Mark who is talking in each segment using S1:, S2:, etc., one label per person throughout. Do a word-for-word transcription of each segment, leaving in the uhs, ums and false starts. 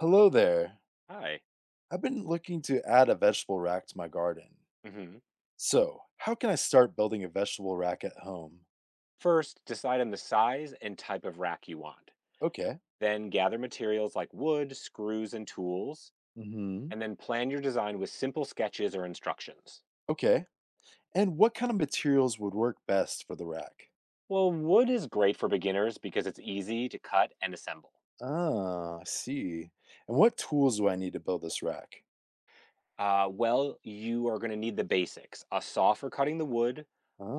S1: Hello there.
S2: Hi.
S1: I've been looking to add a vegetable rack to my garden.
S2: hmm
S1: So, how can I start building a vegetable rack at home?
S2: First, decide on the size and type of rack you want.
S1: Okay.
S2: Then gather materials like wood, screws, and tools,
S1: Hmm.
S2: and then plan your design with simple sketches or instructions.
S1: Okay. And what kind of materials would work best for the rack?
S2: Well, wood is great for beginners because it's easy to cut and assemble.
S1: Ah, I see. And what tools do I need to build this rack?
S2: Uh, well, you are going to need the basics, a saw for cutting the wood,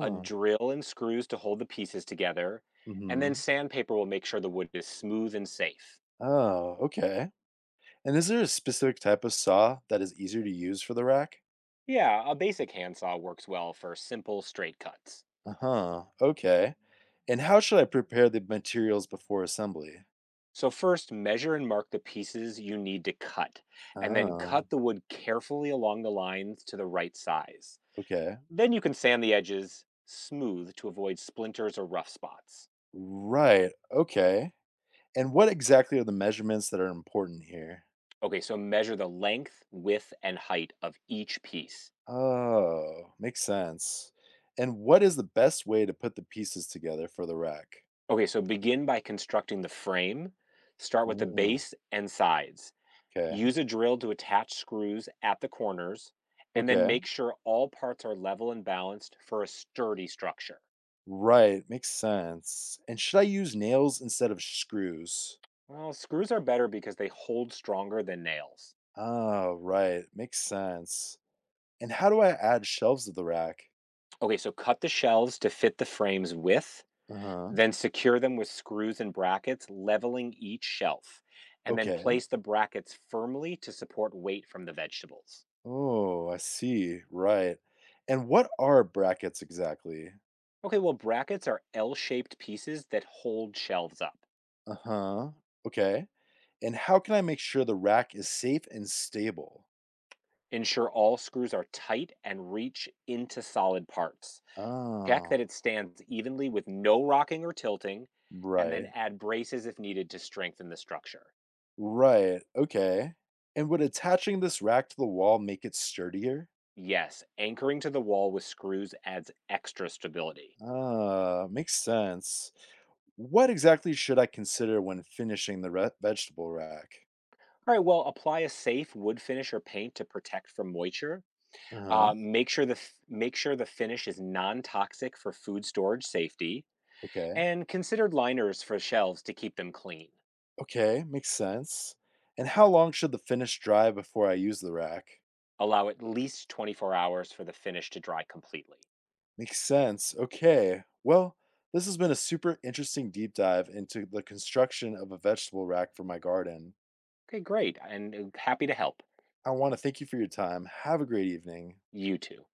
S2: a drill and screws to hold the pieces together, and then
S1: Hmm.
S2: sandpaper will make sure the wood is smooth and safe.
S1: Oh, okay. And is there a specific type of saw that is easier to use for the rack?
S2: Yeah, a basic handsaw works well for simple, straight cuts.
S1: Uh-huh. Okay. And how should I prepare the materials before assembly?
S2: So, first, measure and mark the pieces you need to cut, and then
S1: Oh,
S2: cut the wood carefully along the lines to the right size.
S1: okay.
S2: Then you can sand the edges smooth to avoid splinters or rough spots.
S1: Right. Okay. And what exactly are the measurements that are important here?
S2: Okay, so measure the length, width, and height of each piece.
S1: Oh, makes sense. And what is the best way to put the pieces together for the rack?
S2: Okay, so begin by constructing the frame. Start with the
S1: Mm,
S2: base and sides.
S1: okay.
S2: Use a drill to attach screws at the corners, and then
S1: Okay.
S2: make sure all parts are level and balanced for a sturdy structure.
S1: Right. Makes sense. And should I use nails instead of screws?
S2: Well, screws are better because they hold stronger than nails.
S1: Oh, right. Makes sense. And how do I add shelves to the rack?
S2: Okay, so cut the shelves to fit the frame's width,
S1: Uh huh.
S2: then secure them with screws and brackets, leveling each shelf, and then
S1: Okay.
S2: place the brackets firmly to support weight from the vegetables.
S1: Oh, I see. Right. And what are brackets exactly?
S2: Okay, well, brackets are L shaped pieces that hold shelves up.
S1: Uh huh. Okay. And how can I make sure the rack is safe and stable?
S2: Ensure all screws are tight and reach into solid parts. Check
S1: Oh,
S2: that it stands evenly with no rocking or tilting, and then
S1: right.
S2: add braces if needed to strengthen the structure.
S1: Right. Okay. And would attaching this rack to the wall make it sturdier?
S2: Yes, anchoring to the wall with screws adds extra stability.
S1: Ah, makes sense. What exactly should I consider when finishing the re- vegetable rack?
S2: All right, well, apply a safe wood finish or paint to protect from moisture.
S1: Uh
S2: Uh,
S1: huh.
S2: make sure the f- make sure the finish is non-toxic for food storage safety,
S1: Okay.
S2: and consider liners for shelves to keep them clean.
S1: Okay. Makes sense. And how long should the finish dry before I use the rack?
S2: Allow at least twenty-four hours for the finish to dry completely.
S1: Makes sense. Okay. Well, this has been a super interesting deep dive into the construction of a vegetable rack for my garden.
S2: Okay, great, and uh, happy to help.
S1: I want to thank you for your time. Have a great evening.
S2: You too.